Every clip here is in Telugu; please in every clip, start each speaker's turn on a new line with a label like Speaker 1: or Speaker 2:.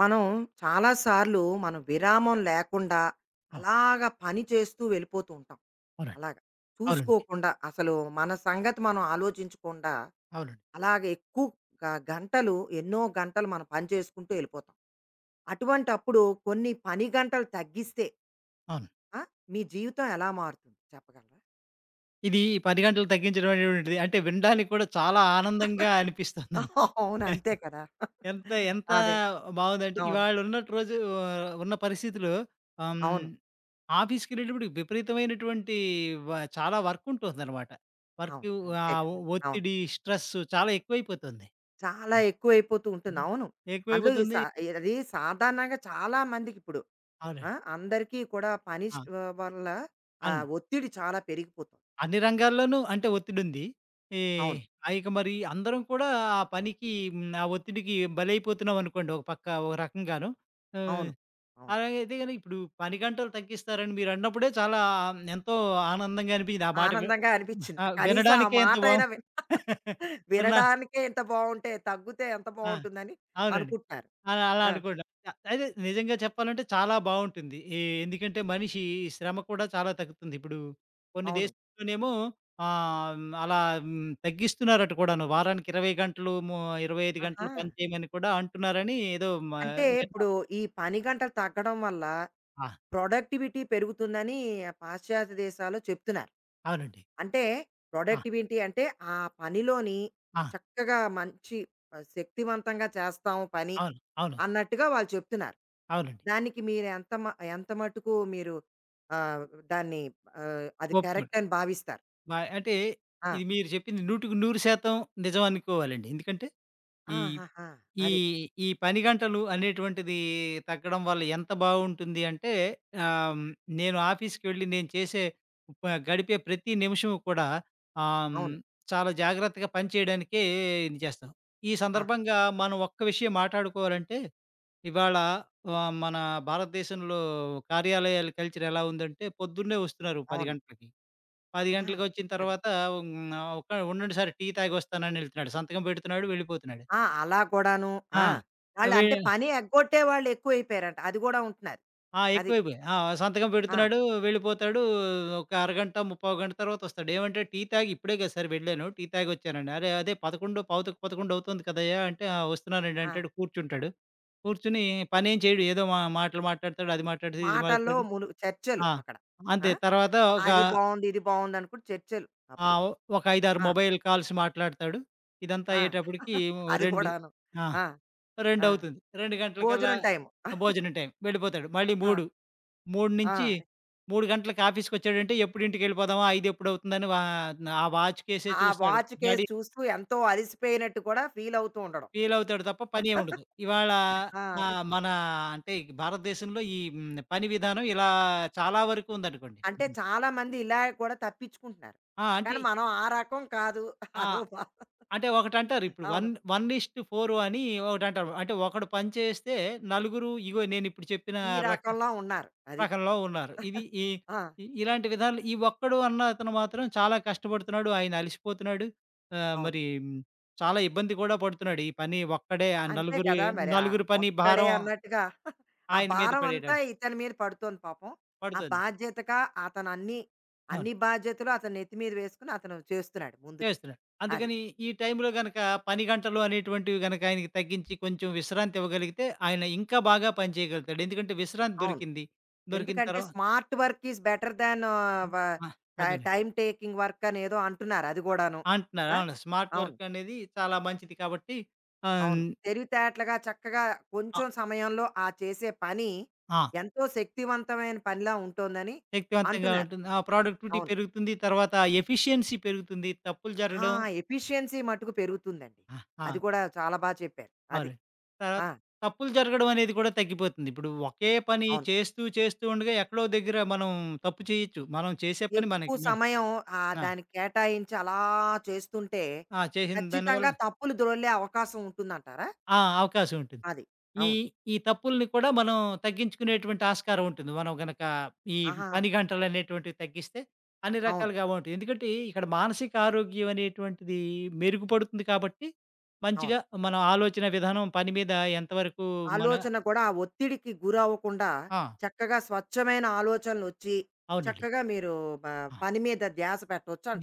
Speaker 1: మనం చాలాసార్లు విరామం లేకుండా
Speaker 2: ఆ!
Speaker 1: అలాగ పని చేస్తూ వెళ్ళిపోతూ ఉంటాం.
Speaker 2: అవునండి.
Speaker 1: అలాగ.
Speaker 2: అవునండి.
Speaker 1: చూసుకోకుండా అసలు మన సంగతి మనం ఆలోచించకుండా
Speaker 2: అవునండి.
Speaker 1: అలాగే ఎక్కువ గ గంటలు ఎన్నో గంటలు మనం పని చేసుకుంటూ వెళ్ళిపోతాం. అటువంటప్పుడు కొన్ని పని గంటలు తగ్గిస్తే
Speaker 2: అవును.
Speaker 1: ఆ! మీ జీవితం ఎలా మారుతుంది చెప్పగలరా?
Speaker 2: ఇది 10 గంటలు తగ్గించడం అనేటువంటిది అంటే వినడానికి కూడా చాలా ఆనందంగా అనిపిస్తుందండి.
Speaker 1: అవును. అంతే కదా!
Speaker 2: ఎంత ఎంత
Speaker 1: అదే.
Speaker 2: బావుందంటే
Speaker 1: అవును.
Speaker 2: ఇవాళ ఉన్నటి రోజు ఆ, ఉన్న పరిస్థితిలో ఆహ్,
Speaker 1: అవును.
Speaker 2: హ్మ్, ఆఫీస్‌కెళ్ళేటప్పుడు విపరీతమైనటువంటి వ చాలా వర్క్ ఉంటుందనమాట.
Speaker 1: అవును.
Speaker 2: వర్క్
Speaker 1: అంతే
Speaker 2: ఆహ్,
Speaker 1: కదా! అవును.
Speaker 2: ఒత్తిడి, స్ట్రెస్ చాలా ఎక్కువైపోతుంది.
Speaker 1: చాలా ఎక్కువైపోతూ ఉంటుంది.
Speaker 2: ఉమ్.
Speaker 1: అవును. అందులో ఈ
Speaker 2: ఎక్కువైపోతుంది.
Speaker 1: సా అది సాధారణంగా చాలా మందికి ఇప్పుడు ఆ!
Speaker 2: అవునండి.
Speaker 1: అందరికీ కూడా పని
Speaker 2: ఆ!
Speaker 1: స్ట్ వల్ల ఆ
Speaker 2: అన్
Speaker 1: ఒత్తిడి చాలా పెరిగిపోతుంది.
Speaker 2: అన్ని రంగాల్లోనూ అంటే ఒత్తిడుంది. ఈ హ్మ్.
Speaker 1: అవును.
Speaker 2: ఇక మరి అందరం కూడా ఆ పనికి ఆ ఒత్తిడికి బలైపోతున్నామనుకోండి ఒక పక్క ఒక రకంగాను. ఆహ్,
Speaker 1: అవును. అవును.
Speaker 2: అలాగే అయితే గనుక ఇప్పుడు పని గంటలు తగ్గిస్తారని మీరన్నప్పుడే చాలా ఎంతో ఆనందంగా అనిపించింది. ఆ మాట వి
Speaker 1: ఆనందంగా అనిపించింది.
Speaker 2: ఆహ్,
Speaker 1: కనీసం ఆ
Speaker 2: వినడానికే ఎంత
Speaker 1: మాట అయినా
Speaker 2: బావుంది. విన్నా
Speaker 1: వినడానికే ఇంత బావుంటే తగ్గుతే ఎంత
Speaker 2: ఆ!
Speaker 1: బావుంటుందని
Speaker 2: అవునండి.
Speaker 1: అనుకుంటున్నారు.
Speaker 2: అలా అలా
Speaker 1: ఆ!
Speaker 2: అనుకోండి. అదే నిజంగా చెప్పాలంటే చాలా బావుంటుంది. ఎందుకంటే మనిషి శ్రమ కూడా చాలా తగ్గుతుంది. ఇప్పుడు కొన్ని
Speaker 1: అవును.
Speaker 2: దేశాల్లోనేమో అలా తగ్గిస్తున్నారట కూడాను. వారానికి 20 గంటలు, 25
Speaker 1: ఆహా!
Speaker 2: గంటలు పని చేయమని కూడా అంటున్నారని ఏదో
Speaker 1: అంటే
Speaker 2: విన్నాం.
Speaker 1: ఇప్పుడు ఈ పని గంటలు తగ్గడం వల్ల
Speaker 2: ఆ!
Speaker 1: ప్రొడక్టివిటీ పెరుగుతుందని పాశ్చాత్య దేశాల్లో చెప్తున్నారు.
Speaker 2: అవునండి.
Speaker 1: అంటే
Speaker 2: ఆ!
Speaker 1: ప్రొడక్టివిటీ అంటే ఆ పనిలోని
Speaker 2: ఆ!
Speaker 1: చక్కగా మంచి శక్తివంతంగా చేస్తాం పని
Speaker 2: అవును. అవును.
Speaker 1: అన్నట్టుగా వాళ్ళు చెప్తున్నారు.
Speaker 2: అవునండి.
Speaker 1: దానికి మీరు ఎంత మ ఎంత మటుకు మీరు ఆహ్, దాన్ని అది
Speaker 2: ఒప్పుకోండి.
Speaker 1: కరెక్ట్ అని భావిస్తారు?
Speaker 2: అంటే
Speaker 1: ఆ!
Speaker 2: ఇది మీరు చెప్పింది 100కి 100% నిజం అనుకోవాలండి. ఎందుకంటే ఈ
Speaker 1: ఆహాహా!
Speaker 2: ఈ
Speaker 1: అది.
Speaker 2: ఈ పని గంటలు అనేటువంటిది తగ్గడం వల్ల ఎంత బావుంటుంది అంటే, ఆహ్, హ్మ్, నేను ఆఫీస్‌కి వెళ్లి నేను చేసే గడిపే ప్రతి నిమిషము కూడా ఆహ్, హ్మ్,
Speaker 1: అవును.
Speaker 2: చాలా జాగ్రత్తగా పని చేయడానికే ఇది చేస్తాం. ఈ
Speaker 1: ఆ!
Speaker 2: సందర్భంగా మనం ఒక్క విషయం మాట్లాడుకోవాలంటే, ఇవాళ మన భారతదేశంలో కార్యాలయాల కల్చర్ ఎలా ఉందంటే, పొద్దున్నే వస్తున్నారు 10
Speaker 1: అవును.
Speaker 2: గంటలకి. 10
Speaker 1: ఆ!
Speaker 2: గంటలకి వచ్చిన
Speaker 1: అది.
Speaker 2: తర్వాత హ్మ్, ఒక "ఉండండి సార్ టీ తాగొస్తాను" అని ఎళ్తున్నాడు. సంతకం పెడుతున్నాడు వెళ్ళిపోతున్నాడు.
Speaker 1: ఆ! అలా కూడాను. ఆ!
Speaker 2: ఆ!
Speaker 1: వాళ్ళు
Speaker 2: అవే
Speaker 1: అంటే పని ఎగ్గొట్టే వాళ్ళు ఎక్కువైపోయారంట. అది గూడా ఉంటున్నారు.
Speaker 2: ఆ!
Speaker 1: అది.
Speaker 2: ఎక్కువైపోయాయి. ఆ! సంతకం
Speaker 1: ఆ!
Speaker 2: పెడుతున్నాడు, వెళ్ళిపోతాడు. ఒక అరగంట, ముప్పావు గంట తర్వాత వస్తాడు. ఏమంటే టీ తాగి ఇప్పుడే కదా సార్ వెళ్ళాను. టీ తాగొచ్చానండి. అరే! అదే 11 పావుతకు 11 అవుతుంది కదయ్యా! అంటే "ఆ! వస్తున్నానండి"
Speaker 1: ఆ!
Speaker 2: అంటాడు. కూర్చుంటాడు. కూర్చొని పనేం చేయడు. ఏదో మా మాటలు మాట్లాడతాడు. అది మాట్లాడుతాడు, ఇది
Speaker 1: మాటల్లో
Speaker 2: మాట్లాడతాడు.
Speaker 1: ములు చర్చలు
Speaker 2: ఆ!
Speaker 1: అక్కడ. ఆ!
Speaker 2: అంతే. తర్వాత ఒక
Speaker 1: అది బావుంది, ఇది బావుంది అనుకుంటూ చర్చలు అప్పుడు.
Speaker 2: ఆహ్, ఒక 5, 6
Speaker 1: ఆ!
Speaker 2: మొబైల్ కాల్స్ మాట్లాడతాడు. ఇదంతా
Speaker 1: ఆ!
Speaker 2: అయ్యేటప్పటికి
Speaker 1: అది
Speaker 2: 2
Speaker 1: కూడాను.
Speaker 2: ఆ!
Speaker 1: ఆ!
Speaker 2: 2
Speaker 1: ఆ!
Speaker 2: అవుతుంది. 2 గంటలకల్లా
Speaker 1: భోజనం టైము.
Speaker 2: భోజనం టైం. వెళ్ళిపోతాడు. మళ్ళీ
Speaker 1: ఆ!
Speaker 2: 3 నుంచి
Speaker 1: ఆ!
Speaker 2: 3 గంటలకి ఆఫీస్‌కొచ్చాడంటే ఎప్పుడు ఇంటికెళ్ళిపోదామా? 5 ఎప్పుడవుతుందని ఆ వాచ్‌కేసే
Speaker 1: ఆ
Speaker 2: చూస్తాడు.
Speaker 1: వాచ్ కేసి
Speaker 2: గడియ
Speaker 1: చూస్తూ ఎంతో అలిసిపోయినట్టు కూడా ఫీల్ అవుతూ ఉండడం.
Speaker 2: ఫీల్ అవుతాడు తప్ప పనే ఉండదు. ఇవాళ
Speaker 1: ఆ! అదే.
Speaker 2: ఆహ్, మన అంటే ఈ భారతదేశంలో ఈ పని విధానం ఇలా చాలా వరకు ఉందనుకోండి.
Speaker 1: అంటే
Speaker 2: హ్మ్.
Speaker 1: చాలామంది ఇలా కూడా తప్పించుకుంటున్నారు.
Speaker 2: ఆ!
Speaker 1: కానీ మనం ఆ రకం కాదు. అదో
Speaker 2: ఆహ్,
Speaker 1: బాధ.
Speaker 2: అంటే ఒకటంటారు ఇప్పుడు వన్
Speaker 1: అవును.
Speaker 2: వన్ ఈస్ టు ఫోర్ అని ఒకటంటారు. అంటే ఒకడు పని చేస్తే నలుగురు ఇగో నేనిప్పుడు చెప్పిన
Speaker 1: ఈ
Speaker 2: రక
Speaker 1: రకంలో ఉన్నారు. అది.
Speaker 2: రకంలో ఉన్నారు. ఇది ఈ
Speaker 1: ఆ!
Speaker 2: ఇ ఇలాంటి విధాలు ఈ ఒక్కడు అన్న అతను మాత్రం చాలా కష్టపడుతున్నాడు. ఆయన అలిసిపోతున్నాడు. ఆహ్,
Speaker 1: అవును.
Speaker 2: మరి మ్, చాలా ఇబ్బంది కూడా పడుతున్నాడు. ఈ పని ఒక్కడే ఆ
Speaker 1: అంతే
Speaker 2: నలుగురు
Speaker 1: కదా! మరి
Speaker 2: నలుగురు పని
Speaker 1: ఒక్కడే
Speaker 2: భారం
Speaker 1: అన్నట్టుగా ఆ
Speaker 2: ఆయన మీద
Speaker 1: భారం అంతా
Speaker 2: పడేయడం
Speaker 1: ఇతని మీద పడుతోంది పాపం. ఆ
Speaker 2: పడుతుంది.
Speaker 1: బాధ్యతగా అతను అన్ని,
Speaker 2: అవును.
Speaker 1: అన్ని బాధ్యతలు అతను నెత్తి మీద వేసుకొని అతను చేస్తున్నాడు ముందుకి.
Speaker 2: చేస్తున్నాడు.
Speaker 1: అది.
Speaker 2: అందుకని ఈ టైంలో గనక పని గంటలు అనేటువంటివి గనక ఆయనకి తగ్గించి కొంచెం విశ్రాంతి ఇవ్వగలిగితే ఆయన ఇంకా బాగా పని చేయగలుగుతాడు. ఎందుకంటే విశ్రాంతి
Speaker 1: అవును.
Speaker 2: దొరికింది. దొరికిన
Speaker 1: ఎందుకంటే
Speaker 2: తర్వా
Speaker 1: smart work is better than వ
Speaker 2: ఆ! అదేనండి.
Speaker 1: టైమ్ టేకింగ్ వర్క్ అనేదో అంటున్నారు అది గూడాను.
Speaker 2: అంటున్నారు.
Speaker 1: ఆ!
Speaker 2: అవును. స్మార్ట్
Speaker 1: అవును.
Speaker 2: వర్క్ అనేది చాలా మంచిది కాబట్టి ఆహ్, హ్మ్.
Speaker 1: అవును. తెలివితేటలుగా చక్కగా
Speaker 2: ఆ!
Speaker 1: కొంచెం సమయంలో ఆ చేసే పని
Speaker 2: ఆ!
Speaker 1: ఎంతో శక్తివంతమైన పనిలా ఉంటోందని
Speaker 2: శక్తివంతంగా
Speaker 1: అంటున్నారు.
Speaker 2: ఉంటుంది. ఆ! ప్రొడక్టివిటీ
Speaker 1: అవును.
Speaker 2: పెరుగుతుంది. తర్వాత ఎఫిషియన్సీ పెరుగుతుంది. తప్పులు
Speaker 1: ఆ!
Speaker 2: జరగడం
Speaker 1: ఎఫిషియన్సీ మట్టుకు పెరుగుతుందండి.
Speaker 2: ఆ! ఆ!
Speaker 1: అది కూడా చాలా బా చెప్పారు. అది.
Speaker 2: అవునండి.
Speaker 1: ఆ!
Speaker 2: తర్వాత తప్పులు జరగడం అనేది కూడా తగ్గిపోతుంది. ఇప్పుడు ఒకే పని
Speaker 1: అవును.
Speaker 2: చేస్తూ, చేస్తూ ఉండగా ఎక్కడో దగ్గర మనం తప్పు చేయొచ్చు. మనం చేసే పని
Speaker 1: ఎక్కువ
Speaker 2: మనకి మన
Speaker 1: సమయం
Speaker 2: ఆ!
Speaker 1: దానికి కేటాయించి అలా చేస్తుంటే
Speaker 2: ఆ! చేసిన దానివల్ల
Speaker 1: ఖచ్చితంగా తప్పులు దొర్లే అవకాశం ఉంటుందంటారా?
Speaker 2: ఆ! అవకాశం ఉంటుంది.
Speaker 1: అది.
Speaker 2: ఈ
Speaker 1: అవును.
Speaker 2: ఈ తప్పుల్ని కూడా మనం తగ్గించుకునేటువంటి ఆస్కారం ఉంటుంది. మనం గనక ఈ
Speaker 1: ఆహా!
Speaker 2: పని గంటలనేటువంటివి తగ్గిస్తే అన్ని
Speaker 1: అవును.
Speaker 2: రకాలుగా బావుంటాయి. ఎందుకంటే ఇక్కడ మానసిక ఆరోగ్యం అనేటువంటిది మెరుగుపడుతుంది కాబట్టి, మంచిగా
Speaker 1: అవును.
Speaker 2: మన ఆలోచన విధానం పని మీద ఎంతవరకు మన
Speaker 1: ఆలోచన కూడా ఆ ఒత్తిడికి గురవ్వకుండా
Speaker 2: ఆ!
Speaker 1: చక్కగా స్వచ్ఛమైన ఆలోచనలొచ్చి
Speaker 2: అవునండి.
Speaker 1: చక్కగా మీరు బ
Speaker 2: ఆ!
Speaker 1: పని మీద ధ్యాస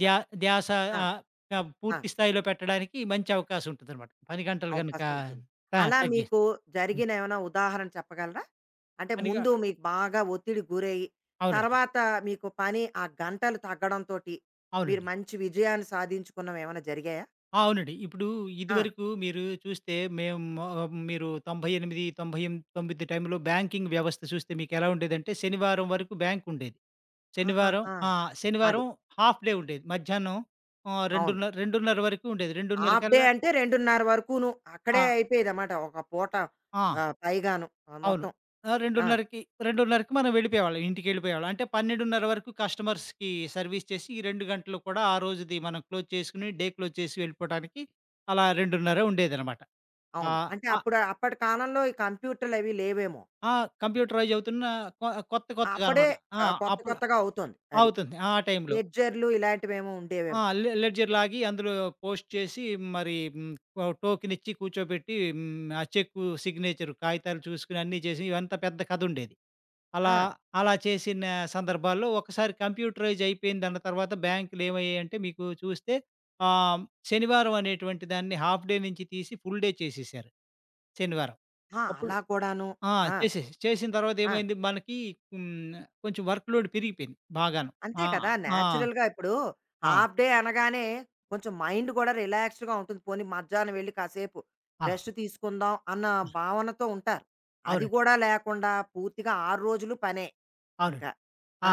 Speaker 2: ధ్యా ధ్యాస
Speaker 1: ఆ!
Speaker 2: ఆహ్, క
Speaker 1: ఆ!
Speaker 2: పూర్తి స్థాయిలో పెట్టడానికి మంచి అవకాశం ఉంటుందనమాట. పని గంటలు గనక
Speaker 1: అవకాశం ఉంటుంది.
Speaker 2: ఆ!
Speaker 1: అలా
Speaker 2: తగ్గిస్తే.
Speaker 1: మీకు జరిగిన ఏమైనా ఉదాహరణ చెప్పగలరా? అంటే
Speaker 2: పనిగా
Speaker 1: ముందు మీకు బాగా ఒత్తిడికి గురయ్యి,
Speaker 2: అవునండి.
Speaker 1: తర్వాత మీకు పని ఆ గంటలు తగ్గడంతోటి మీరు
Speaker 2: అవునండి.
Speaker 1: మంచి విజయాన్ని సాధించుకున్నవి ఏమైనా జరిగాయా?
Speaker 2: ఆ! అవునండి. ఇప్పుడు
Speaker 1: ఆ!
Speaker 2: ఇదివరకు మీరు చూస్తే మేము మీరు 98, 98, 99 టైంలో బ్యాంకింగ్ వ్యవస్థ చూస్తే మీకెలా ఉండేదంటే శనివారం వరకు బ్యాంకుండేది. శనివారం
Speaker 1: ఆహాహా!
Speaker 2: ఆ!
Speaker 1: అది.
Speaker 2: శనివారం హాఫ్ డే ఉండేది. మధ్యాహ్నం
Speaker 1: అవును.
Speaker 2: 2:30 వరకు ఉండేది. 2:30
Speaker 1: హాఫ్ డే
Speaker 2: కల్లా
Speaker 1: అంటే 2:30 వరకును అక్కడే
Speaker 2: ఆ!
Speaker 1: అయిపోయేదన్నమాట. ఒక పూట
Speaker 2: ఆ!
Speaker 1: పైగాను
Speaker 2: అవును.
Speaker 1: మొత్తం.
Speaker 2: ఆ!
Speaker 1: ఆ!
Speaker 2: 2:30కి, 2:30కి మనం వెళ్ళిపోయేవాళ్ళం. ఇంటికెళ్ళిపోయేవాళ్ళం. అంటే 12:30 వరకు కస్టమర్స్‌కి సర్విస్ చేసి ఈ 2 గంటలు కూడా ఆ రోజుది మనం క్లోజ్ చేసుకొని డే క్లోజ్ చేసి వెళ్ళిపోవటానికి అలా 2:30 ఉండేదనమాట.
Speaker 1: అవును.
Speaker 2: ఆహ్,
Speaker 1: అంటే
Speaker 2: ఆ
Speaker 1: అప్పుడు అప్పటి కాలంలో ఈ కంప్యూటర్లు అవి లేవేమో.
Speaker 2: ఆ! కంప్యూటరైజ్ అవుతున్న కొ కొత్త కొత్తగా
Speaker 1: అప్పుడే
Speaker 2: అనమాట. ఆ!
Speaker 1: కొత్త
Speaker 2: అప్పుడు
Speaker 1: కొత్తగా అవుతోంది. అది.
Speaker 2: అవుతుంది. ఆ టైంలో.
Speaker 1: లెడ్జర్లు ఇలాంటివేమో
Speaker 2: ఆ!
Speaker 1: ఉండేవేమో.
Speaker 2: లెడ్జర్ లాగి అందులో పోస్ట్ చేసి మరి ఓ టోకెన్ ఇచ్చి కూర్చోబెట్టి ఆ చెక్కు, సిగ్నేచర్ కాగితాలు చూసుకొని అన్నీ చేసి ఇవంతా పెద్ద కథుండేది.
Speaker 1: ఆ!
Speaker 2: అలా, అలా చేసిన సందర్భాల్లో ఒకసారి కంప్యూటరైజ్ అయిపోయిందన్న తర్వాత బ్యాంకులు ఏమయ్యాయంటే మీకు చూస్తే ఆహ్, శనివారం అనేటువంటి దాన్ని హాఫ్ డే నుంచి తీసి ఫుల్ డే చేసేసారు శనివారం.
Speaker 1: ఆ!
Speaker 2: అప్పుడు
Speaker 1: అలా కూడాను.
Speaker 2: ఆ!
Speaker 1: ఆ!
Speaker 2: చేసిన తర్వాత
Speaker 1: ఆ!
Speaker 2: ఏమైంది మనకి హ్మ్, కొంచెం వర్క్ లోడ్ పెరిగిపోయింది బాగాను.
Speaker 1: అంతే
Speaker 2: ఆ!
Speaker 1: కదా!
Speaker 2: ఆ!
Speaker 1: నేచురల్‌గా ఇప్పుడు
Speaker 2: ఆ!
Speaker 1: హాఫ్ డే అనగానే కొంచెం మైండ్ గూడా రిలాక్స్డ్‌గా ఉంటుంది. పోనీ మధ్యాహ్నం వెళ్లి కాసేపు
Speaker 2: ఆ!
Speaker 1: రెస్ట్ తీసుకుందాం అన్న భావనతో ఉంటారు. అది
Speaker 2: అవునండి.
Speaker 1: గూడా లేకుండా పూర్తిగా 6 రోజులు పనే
Speaker 2: అవునండి.
Speaker 1: ఇంకా.
Speaker 2: ఆ!
Speaker 1: ఆ!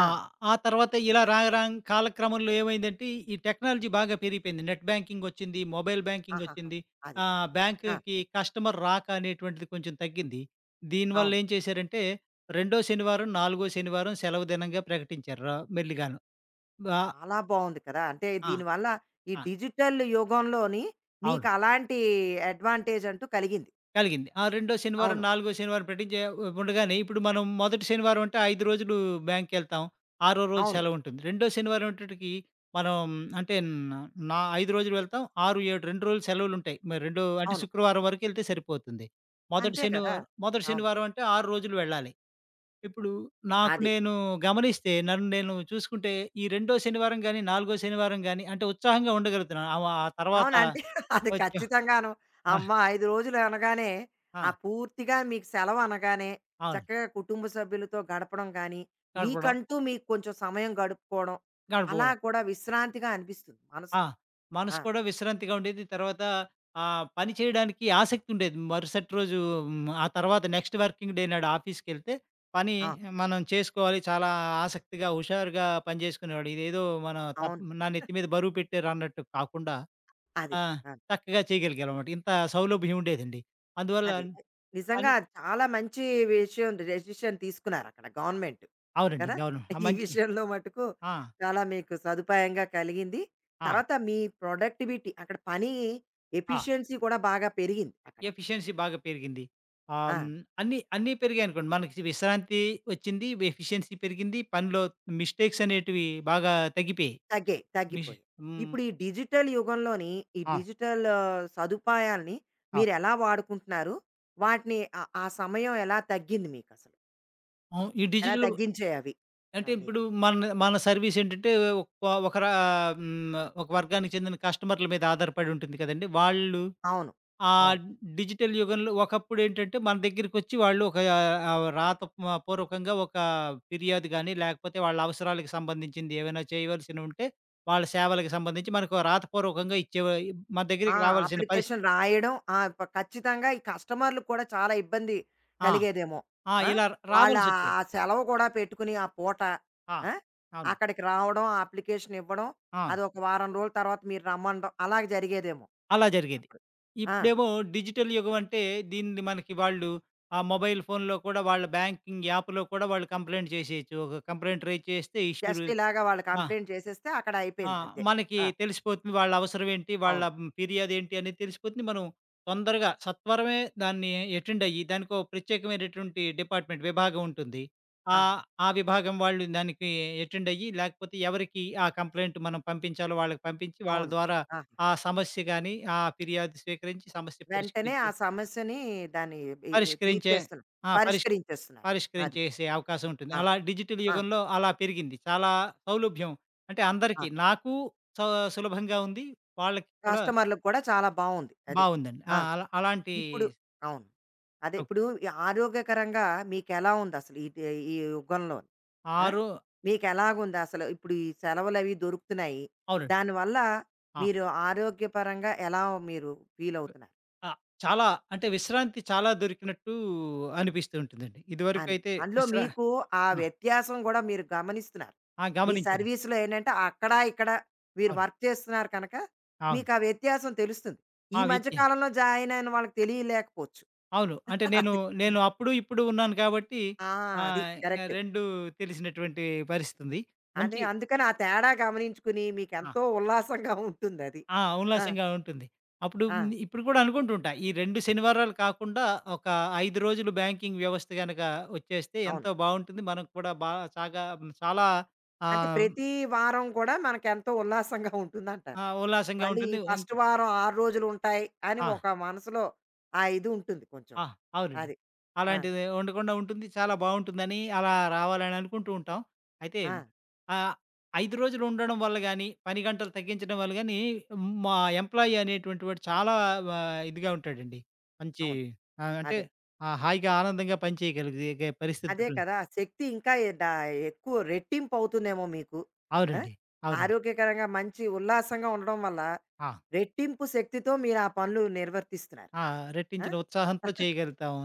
Speaker 2: ఆ తర్వాత ఇలా రాగా రాంగ్ కాలక్రమంలో ఏమైందంటే ఈ టెక్నాలజీ బాగా పెరిగిపోయింది. నెట్ బ్యాంకింగ్ వచ్చింది, మొబైల్ బ్యాంకింగ్
Speaker 1: ఆహాహా!
Speaker 2: వచ్చింది.
Speaker 1: అది. ఆ!
Speaker 2: బ్యాంక్‌కి కస్టమర్ రాక అనేటువంటిది కొంచెం తగ్గింది. దీనివల్ల
Speaker 1: అవును.
Speaker 2: ఏం చేశారంటే రెండో శనివారం, నాలుగో శనివారం సెలవు దినంగా ప్రకటించారు మెల్లిగాను. వ
Speaker 1: చాలా బావుంది కదా! అంటే
Speaker 2: ఆ!
Speaker 1: దీనివల్ల ఈ
Speaker 2: ఆ!
Speaker 1: డిజిటల్ యుగంలోని
Speaker 2: అవును.
Speaker 1: మీకు అలాంటి అడ్వాంటేజ్ అంటూ కలిగింది.
Speaker 2: కలిగింది. ఆ రెండో శనివారం,
Speaker 1: అవును.
Speaker 2: నాలుగో శనివారం పెట్టించే ఉండగానే ఇప్పుడు మనం మొదటి శనివారం అంటే 5 రోజులు బ్యాంక్‌కెళ్తాం. ఆరో రోజు
Speaker 1: అవును.
Speaker 2: సెలవుంటుంది. రెండో శనివారం వచ్చేటప్పటికి మనం అంటే న నా 5 రోజులు వెళ్తాం. 6, 7 2 రోజులు సెలవులుంటాయి. మరి రెండో అంటే
Speaker 1: అవును.
Speaker 2: శుక్రవారం వరకెళ్తే సరిపోతుంది.
Speaker 1: అంతే కదా!
Speaker 2: మొదటి
Speaker 1: అవును.
Speaker 2: శనివారం అంటే 6 రోజులు వెళ్ళాలి. ఇప్పుడు నాకు
Speaker 1: అది.
Speaker 2: నేను గమనిస్తే నన్ను నేను చూసుకుంటే ఈ రెండో శనివారం గాని, నాలుగో శనివారం గాని అంటే ఉత్సాహంగా ఉండగలుగుతున్నాను. ఆ తర్వాత
Speaker 1: అవును. అంటే అది
Speaker 2: వచ్చే
Speaker 1: ఖచ్చితంగాను.
Speaker 2: ఆ!
Speaker 1: అమ్మ 5 రోజులు అనగానే,
Speaker 2: ఆ!
Speaker 1: ఆ పూర్తిగా మీకు సెలవనగానే,
Speaker 2: అవును.
Speaker 1: చక్కగా కుటుంబ సభ్యులతో గడపడం గానీ,
Speaker 2: గడపడం,
Speaker 1: మీకంటూ మీకు కొంచెం సమయం గడుపుకోవడం, అలా
Speaker 2: గడపడం.
Speaker 1: కూడా విశ్రాంతిగా అనిపిస్తుంది
Speaker 2: ఆ!
Speaker 1: మనసుకి.
Speaker 2: మనసు
Speaker 1: ఆ!
Speaker 2: కూడా విశ్రాంతిగా ఉండేది. తర్వాత పని చేయడానికి ఆసక్తి ఉండేది. మరుసటి రోజు ఆ తర్వాత నెక్స్ట్ వర్కింగ్ డే నాడు ఆఫీస్‌కెళ్తే పని
Speaker 1: ఆ!
Speaker 2: మనం చేసుకోవాలి. చాలా ఆసక్తిగా, హుషారుగా పని చేసుకునేవాడు. ఇదేదో మనం తప్
Speaker 1: అవును.
Speaker 2: నా నెత్తి మీద బరువు పెట్టారు అన్నట్టు కాకుండా
Speaker 1: అది.
Speaker 2: ఆ!
Speaker 1: ఆ!
Speaker 2: చక్కగా చేయగలిగామనమాట. ఇంత సౌలభ్యం ఉండేదండి. అందువల్ల
Speaker 1: అది.
Speaker 2: పని
Speaker 1: నిజంగా చాలా మంచి విషయం డెసిషన్ తీసుకున్నారు అక్కడ గవర్నమెంట్.
Speaker 2: అవునండి.
Speaker 1: కదా!
Speaker 2: అవును. ఆ
Speaker 1: ఈ
Speaker 2: మంచి
Speaker 1: విషయంలో మటుకు
Speaker 2: ఆ!
Speaker 1: చాలా మీకు సదుపాయంగా కలిగింది.
Speaker 2: ఆ!
Speaker 1: తర్వాత మీ ప్రొడక్టివిటీ అక్కడ పని
Speaker 2: ఆ!
Speaker 1: ఎఫిషియన్సీ కూడా బాగా పెరిగింది అక్కడ.
Speaker 2: ఎఫిషియన్సీ బాగా పెరిగింది.
Speaker 1: ఆ!
Speaker 2: అన్నీ అన్నీ పెరిగాయనుకోండి. మనకి విశ్రాంతి వచ్చింది, ఎఫిషియన్సీ పెరిగింది, పనిలో మిస్టేక్స్ అనేటివి బాగా తగ్గిపోయాయి.
Speaker 1: తగ్గాయి.
Speaker 2: మిష్
Speaker 1: తగ్గిపోయాయి.
Speaker 2: హ్మ్.
Speaker 1: ఇప్పుడు ఈ డిజిటల్ యుగంలోని ఈ
Speaker 2: ఆ!
Speaker 1: డిజిటల్ ఆ, సదుపాయాల్ని
Speaker 2: ఆ!
Speaker 1: మీరెలా వాడుకుంటున్నారు? వాటిని ఆ ఆ సమయం ఎలా తగ్గింది మీకసలు?
Speaker 2: అవును. ఈ
Speaker 1: ఎలా
Speaker 2: డిజిటల్
Speaker 1: తగ్గించాయవి? ఆ!
Speaker 2: అంటే
Speaker 1: మీకు.
Speaker 2: ఇప్పుడు మన మన సర్వీస్ ఏంటంటే ఒక ఒక రా హ్మ్, ఒక వర్గానికి చెందిన కస్టమర్ల మీద ఆధారపడి ఉంటుంది కదండీ! వాళ్ళు
Speaker 1: అవును.
Speaker 2: ఆ
Speaker 1: అవును.
Speaker 2: డిజిటల్ యుగంలో ఒకప్పుడేంటంటే మన దగ్గరికొచ్చి వాళ్ళు ఒక ఆహ్, రాత మ పూర్వకంగా ఒక ఫిర్యాదు గాని, లేకపోతే వాళ్ళ అవసరాలకు సంబంధించింది ఏవైనా చేయవలసినుంటే, వాళ్ళ సేవలకు సంబంధించి మనకు రాతపూర్వకంగా మన
Speaker 1: ఆ!
Speaker 2: దగ్గరికి రావాల్సిన పరిస్థితి
Speaker 1: అప్లికేషన్ రాయడం. ఆ! ప ఖచ్చితంగా ఈ కస్టమర్‌లకు కూడా చాలా ఇబ్బంది
Speaker 2: ఆ!
Speaker 1: కలిగేదేమో.
Speaker 2: ఆ!
Speaker 1: ఆ!
Speaker 2: ఇలా
Speaker 1: వాళ్ళ ఆ
Speaker 2: రావాల్సొచ్చేది.
Speaker 1: సెలవు కూడా పెట్టుకుని ఆ పూట
Speaker 2: ఆ!
Speaker 1: ఆ!
Speaker 2: అవును.
Speaker 1: అక్కడికి రావడం, ఆ అప్లికేషన్ ఇవ్వడం,
Speaker 2: ఆ!
Speaker 1: అది ఒక వారం రోజుల తర్వాత మీరు రమ్మనడం అలాగ జరిగేదేమో
Speaker 2: అలా జరిగేది.
Speaker 1: అప్పుడు. ఆ!
Speaker 2: ఇప్పుడేమో డిజిటల్ యుగం అంటే దీన్ని మనకి వాళ్ళు ఆ మొబైల్ ఫోన్‌లో కూడా వాళ్ళ బ్యాంకింగ్ యాప్‌లో కూడా వాళ్ళు కంప్లెయింట్ చేసేయొచ్చు. ఒక కంప్లెయింట్ రైజ్ చేస్తే ఇష్యూలు
Speaker 1: జస్ట్ ఇలాగ వాళ్ళు
Speaker 2: ఆ!
Speaker 1: కంప్లెయింట్ చేసేస్తే అక్కడ
Speaker 2: ఆ!
Speaker 1: అయిపోయింది అంతే.
Speaker 2: మనకి
Speaker 1: ఆ!
Speaker 2: తెలిసిపోతుంది వాళ్ళ అవసరం ఏంటి? వాళ్ళ
Speaker 1: అవును.
Speaker 2: ఫిర్యాదు ఏంటి అనేది తెలిసిపోతుంది. మనం తొందరగా సత్వరమే దాన్ని అటెండ్ అయ్యి దానికో ప్రత్యేకమైనటువంటి డిపార్ట్‌మెంట్, విభాగం ఉంటుంది.
Speaker 1: ఆహా!
Speaker 2: ఆహ్, ఆ విభాగం వాళ్ళు దానికి అటెండ్ అయ్యి లేకపోతే ఎవరికి ఆ కంప్లెయింట్ మనం పంపించాలో వాళ్ళకి పంపించి వాళ్ళ
Speaker 1: అవును.
Speaker 2: ద్వారా
Speaker 1: ఆహా!
Speaker 2: ఆ సమస్య గాని, ఆ ఫిర్యాదు స్వీకరించి సమస్య
Speaker 1: వెంటనే
Speaker 2: పరిష్కరించి
Speaker 1: ఆ సమస్యని దాన్ని ఈ ఈ
Speaker 2: పరిష్కరించే
Speaker 1: తీర్చేస్తున్నారు.
Speaker 2: ఆ!
Speaker 1: పరిష్కరించేస్తున్నారు. అది.
Speaker 2: పరిష్కరించేసే అవకాశం ఉంటుంది.
Speaker 1: ఆ!
Speaker 2: అలా డిజిటల్
Speaker 1: ఆ!
Speaker 2: యుగంలో అలా పెరిగింది. చాలా సౌలభ్యం. అంటే అందరికీ నాకు స సులభంగా ఉంది. వాళ్ళకి కూడా
Speaker 1: కస్టమర్‌లకు కూడా చాలా బావుంది. అది.
Speaker 2: బావుందండి.
Speaker 1: ఆ!
Speaker 2: ఆ! అలా అలాంటి
Speaker 1: ఇప్పుడు అవును. అదే
Speaker 2: సౌ
Speaker 1: ఇప్పుడు ఈ ఆరోగ్యకరంగా మీకెలా ఉందసలు ఈ యుగంలోని? ఆ!
Speaker 2: ఆరు
Speaker 1: మీకెలాగుందసలు? ఇప్పుడు ఈ సెలవులవి దొరుకుతున్నాయి.
Speaker 2: అవునండి.
Speaker 1: దానివల్ల
Speaker 2: ఆ!
Speaker 1: మీరు ఆరోగ్యపరంగా ఎలా మీరు ఫీలవుతున్నారు?
Speaker 2: ఆ! చాలా అంటే విశ్రాంతి చాలా దొరికినట్టు అనిపిస్తూ ఉంటుందండి.
Speaker 1: అనిపి
Speaker 2: ఇదివరకైతే
Speaker 1: అందులో
Speaker 2: విశ్రా
Speaker 1: మీకు ఆ
Speaker 2: ఆ!
Speaker 1: వ్యత్యాసం గూడా మీరు గమనిస్తున్నారు.
Speaker 2: ఆ!
Speaker 1: మీ
Speaker 2: గమనించాను.
Speaker 1: సర్వీస్‌లో ఏంటంటే అక్కడ, ఇక్కడ మీరు
Speaker 2: అవును.
Speaker 1: వర్క్ చేస్తున్నారు కనుక
Speaker 2: అవును.
Speaker 1: మీకా వ్యత్యాసం తెలుస్తుంది. ఈ
Speaker 2: ఆ!
Speaker 1: మధ్య
Speaker 2: విద్య
Speaker 1: కాలంలో జాయినయిన వాళ్ళకి తెలియలేకపోవచ్చు.
Speaker 2: అవును. అంటే
Speaker 1: అది.
Speaker 2: నేను అప్పుడు, ఇప్పుడు ఉన్నాను కాబట్టి
Speaker 1: ఆ! అది.
Speaker 2: ఆహ్, ఇంగ
Speaker 1: కరెక్ట్.
Speaker 2: 2 తెలిసినటువంటి పరిస్థితుంది.
Speaker 1: అదే
Speaker 2: మంచి
Speaker 1: అందుకని ఆ తేడా గమనించుకుని
Speaker 2: ఆ!
Speaker 1: మీకెంతో ఉల్లాసంగా ఉంటుందది.
Speaker 2: ఆ!
Speaker 1: ఆ!
Speaker 2: ఉల్లాసంగా ఉంటుంది. అప్పుడు
Speaker 1: ఆ!
Speaker 2: ఇప్పుడు కూడా అనుకుంటుంటా. ఈ 2 శనివారాలు కాకుండా ఒక 5 రోజులు బ్యాంకింగ్ వ్యవస్థ గనక వచ్చేస్తే
Speaker 1: అవును.
Speaker 2: ఎంతో బావుంటుంది. మనకు కూడా బా చాగా చాలా
Speaker 1: అంటే
Speaker 2: ఆహ్,
Speaker 1: ప్రతి వారం కూడా మనకెంతో ఉల్లాసంగా ఉంటుందంటారు.
Speaker 2: ఆ! ఉల్లాసంగా
Speaker 1: మళ్ళీ ఈ
Speaker 2: ఉంటుంది.
Speaker 1: ఫస్ట్
Speaker 2: ఇంకా
Speaker 1: వారం 6 రోజులుంటాయి అని
Speaker 2: ఆ!
Speaker 1: ఒక మనసులో ఆ ఇది ఉంటుంది కొంచెం.
Speaker 2: ఆ! అవునండి.
Speaker 1: అది. ఆ!
Speaker 2: అలాంటిది ఉండకుండా ఉంటుంది. చాలా బావుంటుందని అలా రావాలని అనుకుంటూ ఉంటాం. అయితే
Speaker 1: ఆ!
Speaker 2: ఆహ్, 5 రోజులు ఉండడం వల్ల గాని, పని గంటలు తగ్గించడం వల్ల గాని, మా ఎంప్లాయీ అనేటువంటి వాడు చాలా ఇదిగా ఉంటాడండి. మంచి
Speaker 1: అవును.
Speaker 2: ఆహ్, అంటే
Speaker 1: అదే.
Speaker 2: హాయిగా ఆనందంగా పని చేయగలిగే పరిస్థితి
Speaker 1: అదే
Speaker 2: ఉంటుంది.
Speaker 1: కదా! ఆ శక్తి ఇంకా ఎ డా ఎక్కువ రెట్టింపు అవుతుందేమో మీకు. ఆ!
Speaker 2: అవునండి. అవునండి.
Speaker 1: ఆరోగ్యకరంగా మంచి ఉల్లాసంగా ఉండడం వల్ల,
Speaker 2: ఆ!
Speaker 1: రెట్టింపు శక్తితో మీరు ఆ పనులు నిర్వర్తిస్తున్నారు.
Speaker 2: ఆ!
Speaker 1: ఆ!
Speaker 2: రెట్టించిన ఉత్సాహంతో చేయగలుగుతాము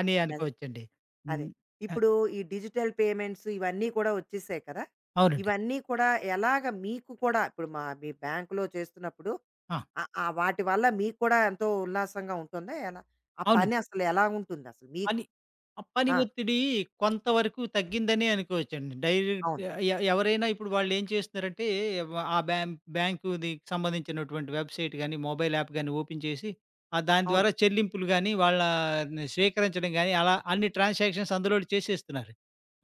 Speaker 2: అని
Speaker 1: అది.
Speaker 2: అనుకోవచ్చండి.
Speaker 1: అదే.
Speaker 2: హ్మ్. ఆహ్,
Speaker 1: ఇప్పుడు ఈ డిజిటల్ పేమెంట్స్ ఇవన్నీ కూడా వచ్చేసాయి కదా!
Speaker 2: అవునండి.
Speaker 1: ఇవన్నీ కూడా ఎలాగ మీకు కూడా ఇప్పుడు మా మీ బ్యాంకులో చేస్తున్నప్పుడు
Speaker 2: ఆ!
Speaker 1: ఆ వాటి వల్ల మీకు కూడా ఎంతో ఉల్లాసంగా ఉంటుందా? ఎలా? ఆ పని
Speaker 2: అవునండి.
Speaker 1: అసలు ఎలా ఉంటుందసలు మీకు?
Speaker 2: పని ఆ పని
Speaker 1: ఆ!
Speaker 2: ఒత్తిడి కొంతవరకు తగ్గిందనే అనుకోవచ్చండి. డైరెక్ట్
Speaker 1: అవును.
Speaker 2: ఎవరైనా ఇప్పుడు వాళ్ళేం చేస్తున్నారంటే, వ- ఆ బ్యాం బ్యాంకుది సంబంధించినటువంటి వెబ్‌సైట్ గాని, మొబైల్ యాప్ గాని ఓపెన్ చేసి, దాని
Speaker 1: అవును.
Speaker 2: ద్వారా చెల్లింపులు గాని, వాళ్ళ ని స్వీకరించడం గాని, అలా అన్ని ట్రాన్సాక్షన్స్ అందులోనే చేసేస్తున్నారు.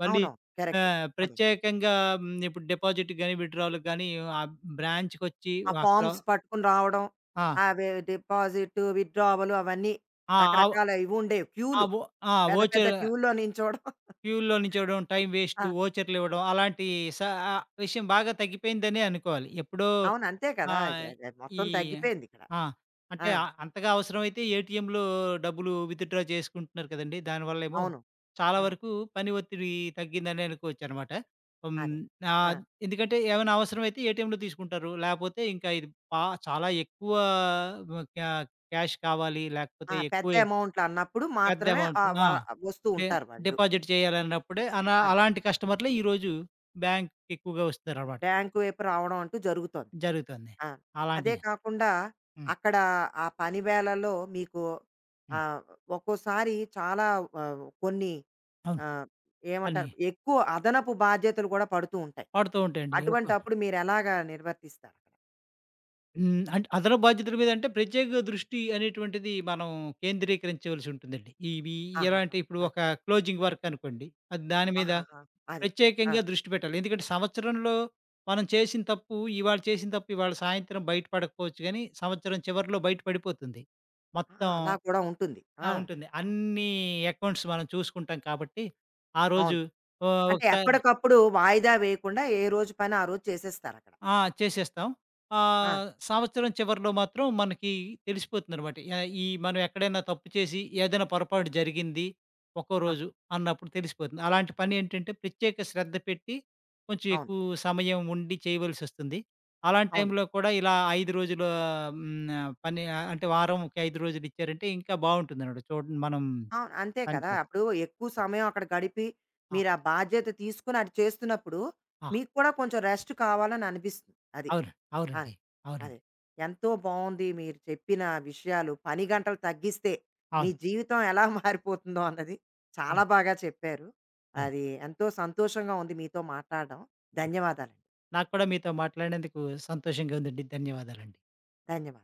Speaker 2: మళ్ళీ
Speaker 1: అవునవును. కరెక్ట్. అది.
Speaker 2: ప్రత్యేకంగా ఇప్పుడు డిపాజిట్ గాని, విత్‌డ్రా‌లకి గాని, ఆ బ్రాంచ్‌కొచ్చి
Speaker 1: ఆ
Speaker 2: అక్కడ
Speaker 1: ఫార్మ్స్ పట్టుకుని రావడం.
Speaker 2: ఆ!
Speaker 1: అవి డిపాజిట్, విత్‌డ్రావల్ అవన్నీ
Speaker 2: ఆ! ఆ!
Speaker 1: రకరకాల ఇవి ఉండేవి
Speaker 2: ఆ!
Speaker 1: క్యూలు.
Speaker 2: వో ఆ!
Speaker 1: పెద్ద పెద్ద
Speaker 2: వోచర్
Speaker 1: క్యూల్లో నించోవడం.
Speaker 2: క్యూలో నిల్చోవడం, టైం
Speaker 1: ఆ!
Speaker 2: వేస్టు, వోచర్‌లు ఇవ్వడం అలాంటి స విషయం బాగా తగ్గిపోయిందనే అనుకోవాలి. ఎప్పుడో
Speaker 1: అవును. అంతే కదా! అది
Speaker 2: ఆహ్,
Speaker 1: అది
Speaker 2: ఈ
Speaker 1: మొత్తం తగ్గిపోయింది ఇక్కడ.
Speaker 2: ఆ! అంటే
Speaker 1: ఆ!
Speaker 2: అంతగా అవసరమైతే ఏటీఎంలో డబ్బులు విత్‌డ్రా చేసుకుంటున్నారు కదండీ! దానివల్లేమో
Speaker 1: అవును.
Speaker 2: చాలా
Speaker 1: ఆ!
Speaker 2: వరకు పని ఒత్తిడి తగ్గిందనే అనుకోవచ్చనమాట. హ్మ్.
Speaker 1: అదే. ఆ!
Speaker 2: ఆహ్, ఎందుకంటే ఏమైనా అవసరమైతే ఏటీఎంలో తీసుకుంటారు. లేపోతే ఇంకా ఇది పా చాలా ఎక్కువ వ క్యా క్యాష్ కావాలి లేకపోతే
Speaker 1: ఆ!
Speaker 2: ఎక్కువ
Speaker 1: పెద్ద అమౌంట్లన్నప్పుడు
Speaker 2: పెద్ద
Speaker 1: మాత్రమే
Speaker 2: అమౌంట్.
Speaker 1: ఆహ్,
Speaker 2: ఆ!
Speaker 1: వ వస్తూ
Speaker 2: డె
Speaker 1: ఉంటారు వాళ్ళు.
Speaker 2: డిపాజిట్ చేయాలన్నప్పుడే అలా
Speaker 1: అది.
Speaker 2: అలాంటి కస్టమర్‌లే ఈరోజు బ్యాంక్‌కి ఎక్కువగా వస్తున్నారనమాట.
Speaker 1: బ్యాంకు వైపు రావడం అంటూ జరుగుతోంది.
Speaker 2: జరుగుతుంది.
Speaker 1: ఆ! అదే
Speaker 2: అలాంటి
Speaker 1: కాకుండా
Speaker 2: హ్మ్.
Speaker 1: అక్కడ ఆ పని వేళల్లో మీకు
Speaker 2: హ్మ్.
Speaker 1: ఆహ్, ఒక్కోసారి చాలా ఆహ్, కొన్ని ఆ!
Speaker 2: అవును. అని
Speaker 1: ఏమంటారు? ఎక్కువ అదనపు బాధ్యతలు గూడా పడుతూ ఉంటాయి.
Speaker 2: వాడుతూ ఉంటాయండి. ఒక
Speaker 1: అటువంటప్పుడు మీరెలాగా నిర్వర్తిస్తారు? అక్కడ?
Speaker 2: హ్మ్. అంటే అదన బాధ్యతల మీద అంటే ప్రత్యేక దృష్టి అనేటువంటిది మనం కేంద్రీకరించవలసి ఉంటుందండి. ఇవి ఎలా
Speaker 1: ఆహాహా!
Speaker 2: అంటే ఇప్పుడు
Speaker 1: అదే.
Speaker 2: ఒక క్లోజింగ్ వర్క్ అనుకోండి. అది దాని మీద
Speaker 1: ఆహాహా! అదే. ఆ!
Speaker 2: ప్రత్యేకంగా దృష్టి పెట్టాలి. ఎందుకంటే సంవత్సరంలో మనం చేసిన తప్పు ఇవాళ చేసిన తప్పు ఇవాళ సాయంత్రం బయట పడకపోవచ్చు గానీ, సంవత్సరం చివరిలో బయట పడిపోతుంది. మొత్తం
Speaker 1: ఆహా! అలా కూడా ఉంటుంది.
Speaker 2: ఆ!
Speaker 1: ఆ!
Speaker 2: ఉంటుంది. అన్నీ అకౌంట్స్ మనం చూసుకుంటాం కాబట్టి, ఆ
Speaker 1: అవును.
Speaker 2: రోజు ఆహ్,
Speaker 1: అంటే
Speaker 2: ఒకసారి
Speaker 1: ఎప్పటికప్పుడు వాయిదా వేయకుండా ఏ రోజు పని ఆ రోజు చేసేస్తారక్కడ.
Speaker 2: ఆ! చేసేస్తాం.
Speaker 1: ఆ!
Speaker 2: సంవత్సరం చివరిలో మాత్రం మనకి తెలిసిపోతుందనమాట. ఈ మనం ఎక్కడైనా తప్పు చేసి, ఏదైనా పొరపాటు జరిగింది ఒక్కో
Speaker 1: ఆ! ఆహా,
Speaker 2: రోజు అన్నప్పుడు తెలిసిపోతుంది. అలాంటి పని ఏంటంటే, ప్రత్యేక శ్రద్ధ పెట్టి, కొంచెం
Speaker 1: అవును.
Speaker 2: ఎక్కువ సమయం ఉండి చేయవలసొస్తుంది. అలాంటి
Speaker 1: అవును.
Speaker 2: టైంలో కూడా ఇలా 5 రోజుల హ్మ్, ఆహ్, పని అంటే వారంకి 5 రోజులు ఇచ్చారంటే ఇంకా బావుంటుందనమాట. చూడండి మనం
Speaker 1: అవును. అంతే
Speaker 2: పని
Speaker 1: కదా!
Speaker 2: చే
Speaker 1: అప్పుడు ఎక్కువ సమయం అక్కడ గడిపి,
Speaker 2: ఆ!
Speaker 1: మీరా బాధ్యత తీసుకొని అది చేస్తున్నప్పుడు,
Speaker 2: ఆ!
Speaker 1: మీకు కూడా కొంచెం రెస్ట్ కావాలని అనిపిస్తుంది. అది.
Speaker 2: అవును.
Speaker 1: అదే.
Speaker 2: అవునండి.
Speaker 1: అదే.
Speaker 2: అవునండి.
Speaker 1: ఎంతో బావుంది మీరు చెప్పిన విషయాలు. పని గంటలు తగ్గిస్తే మీ
Speaker 2: అవును.
Speaker 1: జీవితం ఎలా మారిపోతుందో అన్నది చాలా
Speaker 2: అవును.
Speaker 1: బాగా చెప్పారు.
Speaker 2: అవును.
Speaker 1: అది ఎంతో సంతోషంగా ఉంది మీతో మాట్లాడడం. ధన్యవాదాలండి.
Speaker 2: నాకు కూడా మీతో మాట్లాడినందుకు సంతోషంగా ఉందండి. ధన్యవాదాలండి.
Speaker 1: ధన్యవాదాలు.